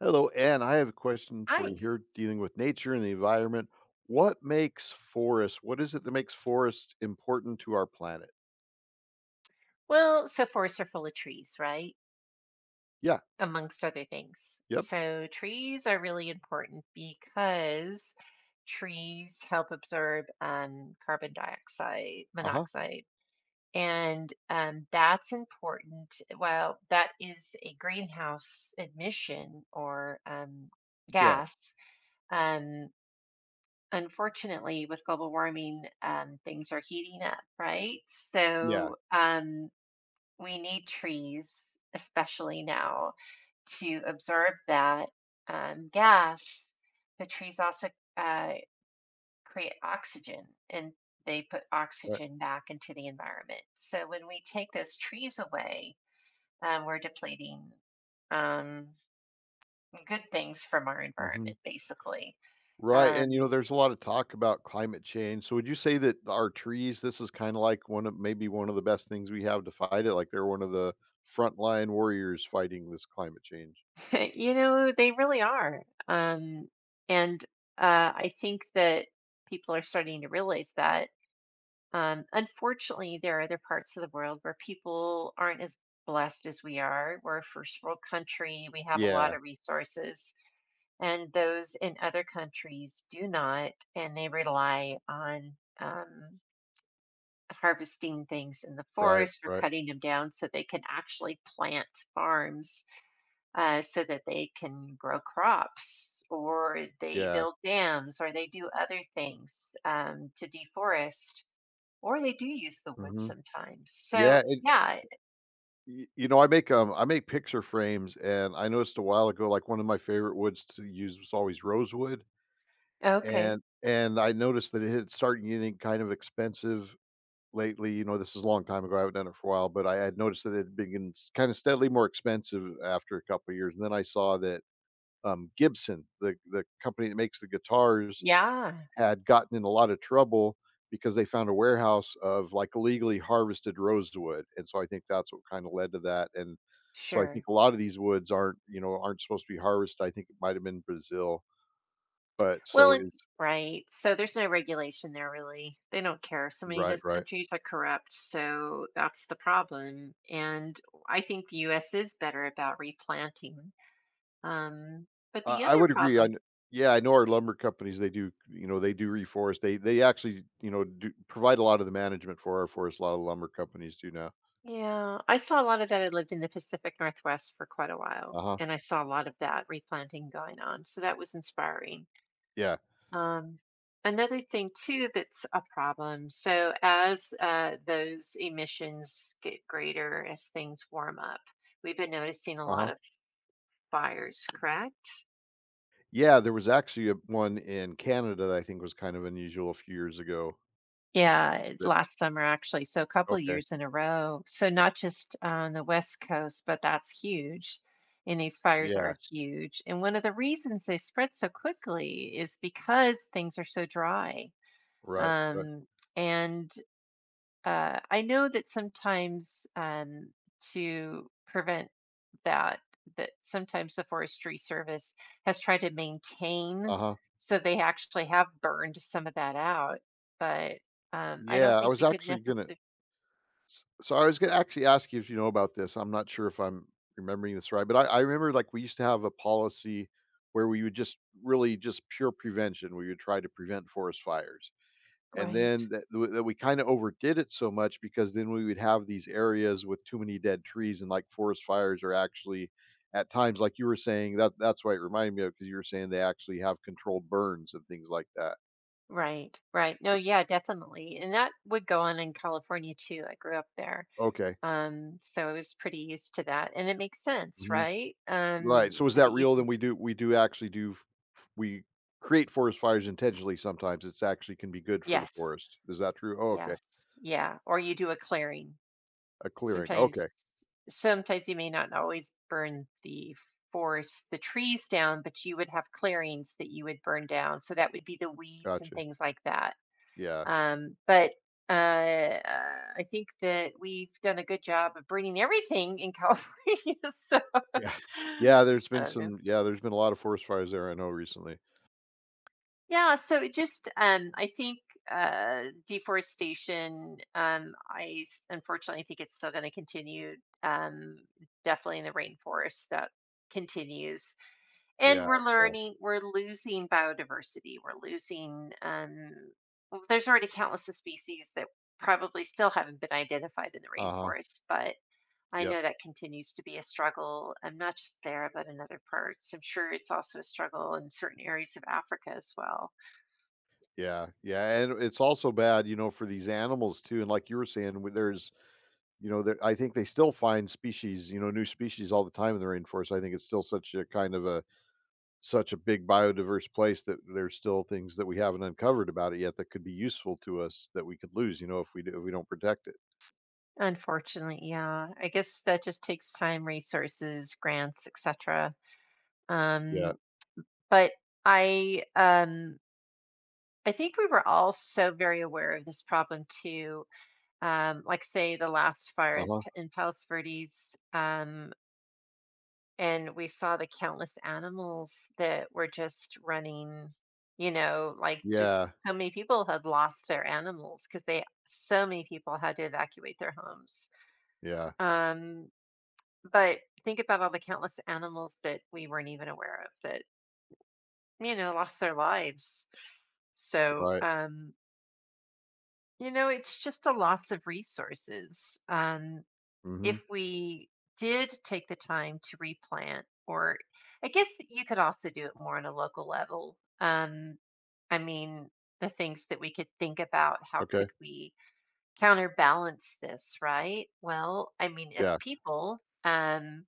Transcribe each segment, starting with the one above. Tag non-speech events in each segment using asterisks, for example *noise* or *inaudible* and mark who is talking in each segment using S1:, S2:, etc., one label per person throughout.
S1: Hello, Anne. I have a question for you
S2: Hi.
S1: here dealing with nature and the environment. What makes forests? What is it that makes forests important to our planet?
S2: Well, so forests are full of trees, right?
S1: Yeah.
S2: Amongst other things.
S1: Yep.
S2: So trees are really important because trees help absorb carbon dioxide,
S1: Uh huh.
S2: monoxide. And that's important. Well, that is a greenhouse emission or
S1: Yeah.
S2: gas. Um, unfortunately, with global warming, things are heating up, right?
S1: Yeah.
S2: We need trees, especially now, to absorb that gas. The trees also uh, create oxygen and they put
S1: Right.
S2: oxygen back into the environment. So when we take those trees away, we're depleting um, good things from our
S1: Hmm.
S2: environment, basically.
S1: Right. And, you
S2: Um,
S1: know, there's a lot of talk about climate change. So would you say that our trees, this is kind of like one of maybe one of the best things we have to fight it? Like they're one of the frontline warriors fighting this climate change.
S2: *laughs* you know, they really are. And I think that people are starting to realize that. Unfortunately, there are other parts of the world where people aren't as blessed as we are. We're a first world country, we have a lot
S1: Yeah.
S2: of resources, and those in other countries do not, and they rely on harvesting things in the
S1: Right.
S2: forest or
S1: Right.
S2: cutting them down so they can actually plant farms, so that they can grow crops or they
S1: Yeah.
S2: build dams or they do other things to deforest or they do use the wood
S1: Hmm.
S2: sometimes. So,
S1: Yeah.
S2: yeah.
S1: Y you know, I make picture frames, and I noticed a while ago, like, one of my favorite woods to use was always rosewood,
S2: Okay.
S1: and I noticed that it had started getting kind of expensive lately. You know, this is a long time ago, I haven't done it for a while, but I had noticed that it had been kinda steadily more expensive after a couple of years, and then I saw that, Gibson, the company that makes the guitars,
S2: Yeah.
S1: had gotten in a lot of trouble because they found a warehouse of, like, illegally harvested rosewood, and so I think that's what kinda led to that. And so I
S2: Sure.
S1: think a lot of these woods aren't, you know, aren't supposed to be harvested. I think it might have been Brazil, but
S2: Well,
S1: so
S2: and
S1: it's
S2: right. So there's no regulation there really. They don't care. So many of
S1: Right,
S2: those
S1: right.
S2: countries are corrupt. So that's the problem. And I think the US is better about replanting. Um, but
S1: I
S2: the
S1: I
S2: other
S1: would agree
S2: problem,
S1: on Yeah, I know our lumber companies, they do, you know, they do reforest, they actually, you know, do provide a lot of the management for our forest, a lot of lumber companies do now.
S2: yeah, I saw a lot of that. I lived in the Pacific Northwest for quite a while,
S1: Uh-huh.
S2: and I saw a lot of that replanting going on. So that was inspiring.
S1: Yeah.
S2: Um, Another thing too that's a problem. So as those emissions get greater, as things warm up, we've been noticing a lot
S1: Uh-huh.
S2: of fires. Correct?
S1: Yeah, there was actually a one in Canada that I think was kind of unusual a few years ago.
S2: Yeah,
S1: That
S2: last summer actually. So a couple
S1: okay.
S2: years in a row. So not just on the west coast, but that's huge. And these fires are
S1: Yeah,
S2: huge. And one of the reasons they spread so quickly is because things are so dry.
S1: right, right.
S2: Um, and I know that sometimes, to prevent that, that, sometimes the Forestry Service has tried to maintain,
S1: Uh-huh.
S2: so they actually have burned some of that out. But I don't
S1: Yeah, I
S2: think
S1: was
S2: they could
S1: actually gonna
S2: necessarily.
S1: s so I was gonna actually ask you if you know about this. I'm not sure if I'm remembering this right, but I remember, like, we used to have a policy where we would just really just pure prevention, we would try to prevent forest fires, and
S2: Right,
S1: then that we kinda overdid it so much because then we would have these areas with too many dead trees and, like, forest fires are actually at times, like you were saying, that that's why it reminded me of, because you were saying they actually have controlled burns and things like that.
S2: right. No, yeah, definitely. And that would go on in California too. I grew up there.
S1: Okay.
S2: So I was pretty used to that. And it makes sense,
S1: Mhm.
S2: right?
S1: Right, so is
S2: So that
S1: that
S2: you
S1: real?
S2: can,
S1: Then we do actually do f f we create forest fires intentionally sometimes, it's actually can be good for the
S2: yes,
S1: forest. Is that true? Oh, okay.
S2: yes, yeah. Or you do a clearing,
S1: A clearing,
S2: sometimes
S1: okay,
S2: sometimes you may not always burn the forest the trees down, but you would have clearings that you would burn down, so that would be the weeds and
S1: gotcha.
S2: things like that.
S1: Yeah,
S2: But I think that we've done a good job of burning everything in California. *laughs* so
S1: yeah. *laughs* Yeah, there's
S2: I
S1: been
S2: don't know
S1: some, there's been a lot of forest fires there I know recently.
S2: Yeah, so it just, I think deforestation, unfortunately, think it's still going to continue, um definitely in the rainforest. That continues. And
S1: Yeah,
S2: we're
S1: yeah.
S2: learning, we're losing biodiversity. We're losing Well, there's already countless of species that probably still haven't been identified in the
S1: Uh-huh.
S2: rainforest, but I
S1: Yep.
S2: know that continues to be a struggle. I'm not just there, but in other parts. I'm sure it's also a struggle in certain areas of Africa as well.
S1: Yeah, yeah, and it's also bad, you know, for these animals too, and like you were saying, where there's you know, there I think they still find species, you know, new species all the time in the rainforest. I think it's still such a big biodiverse place that there's still things that we haven't uncovered about it yet that could be useful to us that we could lose, you know, if we don't protect it.
S2: Unfortunately, yeah. I guess that just takes time, resources, grants, etc.
S1: Yeah.
S2: Um, but I um I think we were all so very aware of this problem too. Like say the last fire at
S1: Uh-huh.
S2: In Palos Verdes, and we saw the countless animals that were just running, you know, like just
S1: Yeah.
S2: so many people had lost their animals because they so many people had to evacuate their homes.
S1: Yeah.
S2: Um, But think about all the countless animals that we weren't even aware of that, you know, lost their lives. So,
S1: Right.
S2: you know, it's just a loss of resources. If
S1: Mhm.
S2: we did take the time to replant, or I guess that you could also do it more on a local level. I mean, the things that we could think about, how
S1: Okay.
S2: could we counterbalance this, right? Well, I mean, as
S1: Yeah.
S2: people, um,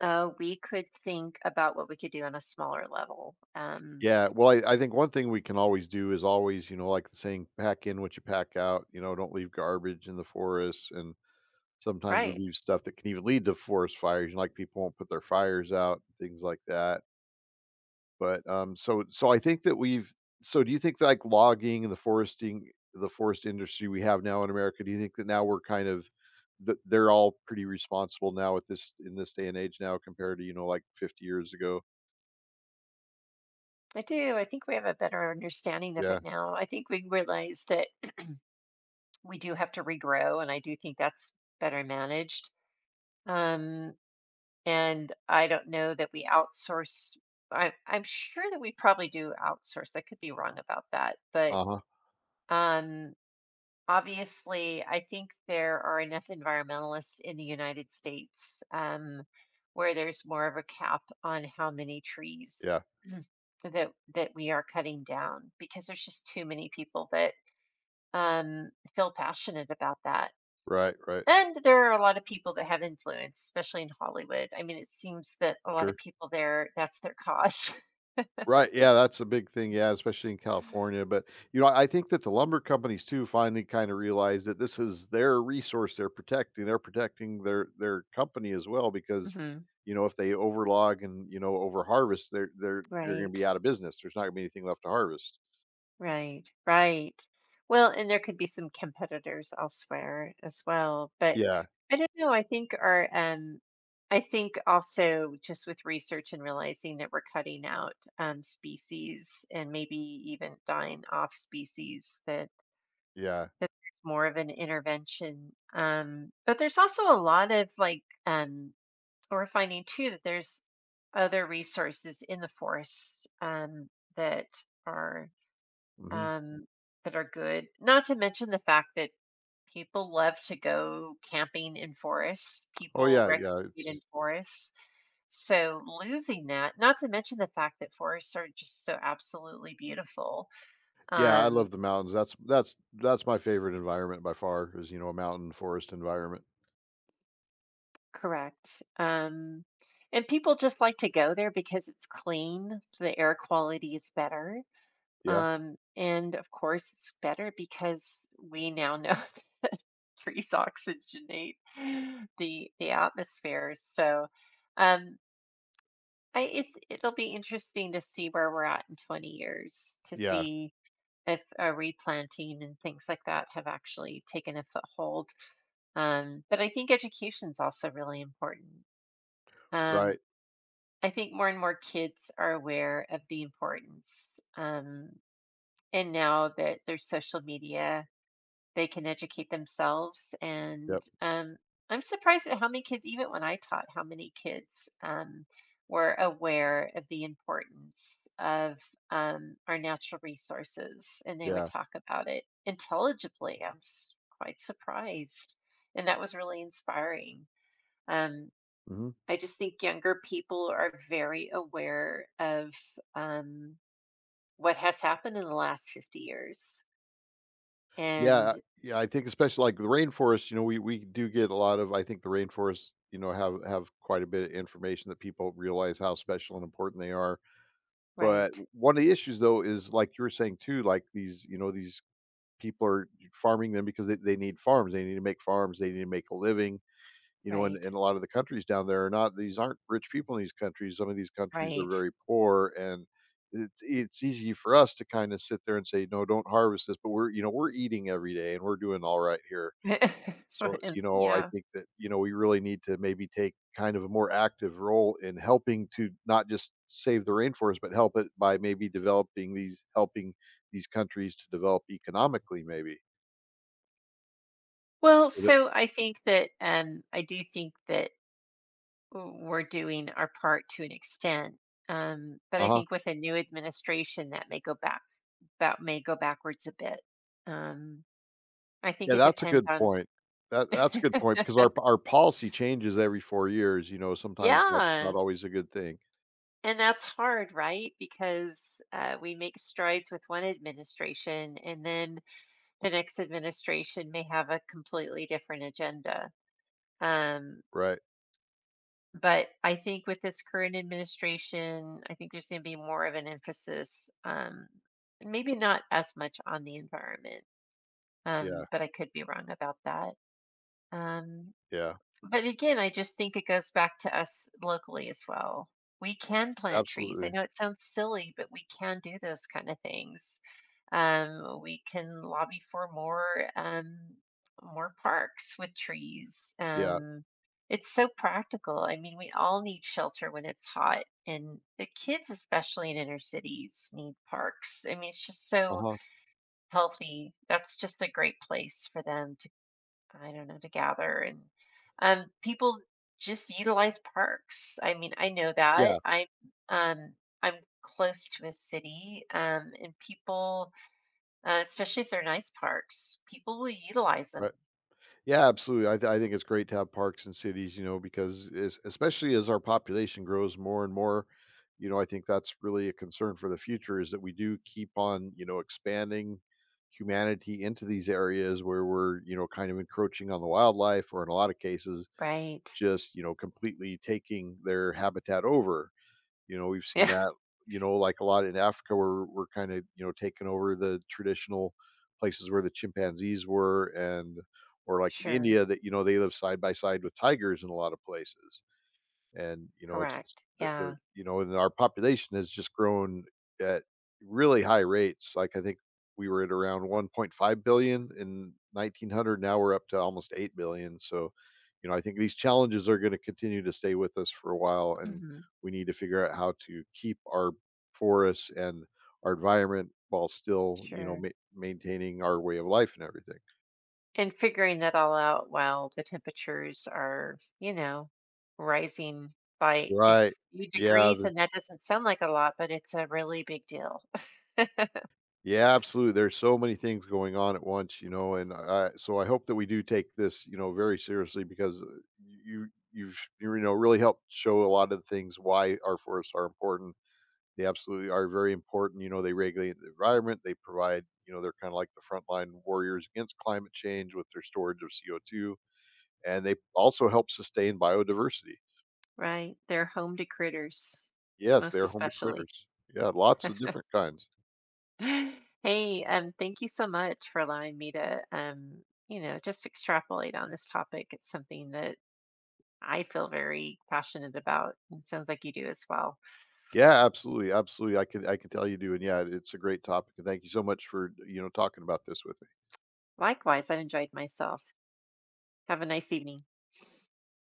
S2: We could think about what we could do on a smaller level.
S1: Yeah. Well, I think one thing we can always do is always, you know, like the saying, pack in what you pack out, you know, don't leave garbage in the forests. And sometimes we
S2: Right.
S1: leave stuff that can even lead to forest fires. You know, like people won't put their fires out, things like that. But, so I think that we've so do you think like logging and the forest industry we have now in America, do you think that now we're kind of that they're all pretty responsible now at this in this day and age now compared to, you know, like 50 years ago?
S2: I do. I think we have a better understanding of it
S1: Yeah.
S2: now. I think we realize that *clears throat* we do have to regrow, and I do think that's better managed. Um, and I don't know that we outsource. I'm sure that we probably do outsource. I could be wrong about that, but
S1: Uh-huh.
S2: um, obviously, I think there are enough environmentalists in the United States where there's more of a cap on how many trees
S1: Yeah.
S2: *clears throat* that we are cutting down because there's just too many people that feel passionate about that.
S1: Right, right.
S2: And there are a lot of people that have influence, especially in Hollywood. I mean, it seems that a lot of
S1: Sure.
S2: people there, that's their, because
S1: Right, yeah, that's a big thing, yeah, especially in California, but, you know, I think that the lumber companies too finally kinda realized that this is their resource they're protecting their company as well
S2: *laughs*
S1: because,
S2: hmm.
S1: you know, if they overlog and, you know, overharvest, they're you're gonna
S2: Right.
S1: be out of business, there's not gonna be anything left to harvest.
S2: Right, right. Well, and there could be some competitors elsewhere as well, but
S1: Yeah,
S2: I don't know. I think also, just with research and realizing that we're cutting out species and maybe even dying off species, that
S1: yeah,
S2: that there's more of an intervention. But there's also a lot of, like, we're finding too that there's other resources in the forest, that are,
S1: mhm.
S2: um, that are good. Not to mention the fact that people love to go camping in forests.
S1: Oh,
S2: People
S1: yeah,
S2: recreate
S1: yeah,
S2: in
S1: it's
S2: forests. So losing that, not to mention the fact that forests are just so absolutely beautiful.
S1: Yeah, I
S2: Um,
S1: love the mountains, that's my favorite environment by far is, you know, a mountain forest environment.
S2: Correct. And people just like to go there because it's clean. The air quality is better.
S1: Yeah,
S2: And of course, it's better because we now know *laughs* trees oxygenate the atmosphere. So, um, it's it'll be interesting to see where we're at in 20 years to
S1: yeah,
S2: see if replanting and things like that have actually taken a foothold. But I think education's also really important. Um,
S1: right,
S2: I think more and more kids are aware of the importance. And now that there's social media, they can educate themselves, and
S1: yep,
S2: I'm surprised at how many kids, even when I taught, how many kids, were aware of the importance of, our natural resources, and they would
S1: yeah,
S2: talk about it intelligibly. Quite surprised, and that was really inspiring. um,
S1: mhm.
S2: I just think younger people are very aware of, um, what has happened in the last 50 years.
S1: Yeah,
S2: And
S1: yeah, I think especially like the rainforest, you know, we do get a lot of I think the rainforest, you know, have quite a bit of information that people realize how special and important they are. But
S2: right
S1: one of the issues though is like you were saying too, like these, you know, these people are farming them because they need farms. They need to make farms, they need to make a living you know, in,
S2: right
S1: in a lot of the countries down there are not these aren't rich people in these countries. Some of these countries are
S2: right
S1: very poor, and it's easy for us to kind of sit there and say, no, don't harvest this, but we're you know we're eating every day and we're doing all right here. So
S2: *laughs*
S1: you know, I
S2: Yeah.
S1: think that you know we really need to maybe take kind of a more active role in helping to not just save the rainforest, but help it by maybe developing these helping these countries to develop economically, maybe
S2: Well,
S1: so that
S2: so I think that, I do think that we're doing our part to an extent, but
S1: uh
S2: I
S1: huh
S2: think with a new administration, that may go backwards a bit. Um, I think
S1: Yeah,
S2: it
S1: that's a
S2: depends
S1: good
S2: on.
S1: point. That's a good point because
S2: *laughs*
S1: our policy changes every 4 years, you know, sometimes that's not
S2: Yeah.
S1: always a good thing,
S2: And that's hard, right? Because we make strides with one administration, and then the next administration may have a completely different agenda. Um,
S1: right?
S2: But I think with this current administration, I think there's going to be more of an emphasis, maybe not as much on the environment,
S1: Yeah,
S2: but I could be wrong about that. Um,
S1: yeah,
S2: but again, I just think it goes back to us locally as well. We can plant trees. I
S1: absolutely.
S2: know it sounds silly, but we can do those kind of things. We can lobby for more, more parks with trees.
S1: Yeah,
S2: It's so practical. I mean, we all need shelter when it's hot, and the kids, especially in inner cities, need parks. I mean, it's just so
S1: uh-huh.
S2: healthy. That's just a great place for them to, I don't know, to gather, and people just utilize parks. I mean, I know that.
S1: Yeah,
S2: Um I'm close to a city, and people, especially if they're nice parks, people will utilize them.
S1: right. Yeah, absolutely. I think it's great to have parks and cities, you know, because es especially as our population grows more and more, you know, I think that's really a concern for the future is that we do keep on, you know, expanding humanity into these areas where we're, you know, kind of encroaching on the wildlife or in a lot of cases
S2: Right.
S1: just, you know, completely taking their habitat over. You know, we've seen
S2: Yeah. *laughs*
S1: that, you know, like a lot in Africa where we're kind of, you know, taking over the traditional places where the chimpanzees were and or like in
S2: Sure.
S1: India that, you know, they live side by side with tigers in a lot of places. And, you know, it's just
S2: Correct.
S1: the
S2: Yeah.
S1: you know, and our population has just grown at really high rates. Like I think we were at around 1.5 billion in 1900. Now we're up to almost 8 billion. So, you know, I think these challenges are going to continue to stay with us for a while, and
S2: Hmm.
S1: we need to figure out how to keep our forests and our environment while still, you know,
S2: Sure.
S1: maintaining our way of life and everything.
S2: And figuring that all out while the temperatures are, you know, rising by a
S1: Right.
S2: few
S1: Yeah.
S2: degrees. And that doesn't sound like a lot, but it's a really big deal.
S1: Yeah, absolutely. There's so many things going on at once, you know, and I, so I hope that we do take this, you know, very seriously because you've you know really helped show a lot of the things why our forests are important. They absolutely are very important. You know, they regulate the environment. They provide, you know, they're kind of like the frontline warriors against climate change with their storage of CO2, and they also help sustain biodiversity.
S2: Right, they're home to critters,
S1: Yes,
S2: most
S1: they're home to
S2: especially.
S1: critters. Yeah, lots of different kinds.
S2: *laughs* Hey, thank you so much for allowing me to, you know, just extrapolate on this topic. It's something that I feel very passionate about, and sounds like you do as well.
S1: Yeah, absolutely, absolutely. I can tell you do, and yeah, it's a great topic, and thank you so much for you know talking about this with me.
S2: Likewise, I've enjoyed myself. Have a nice evening.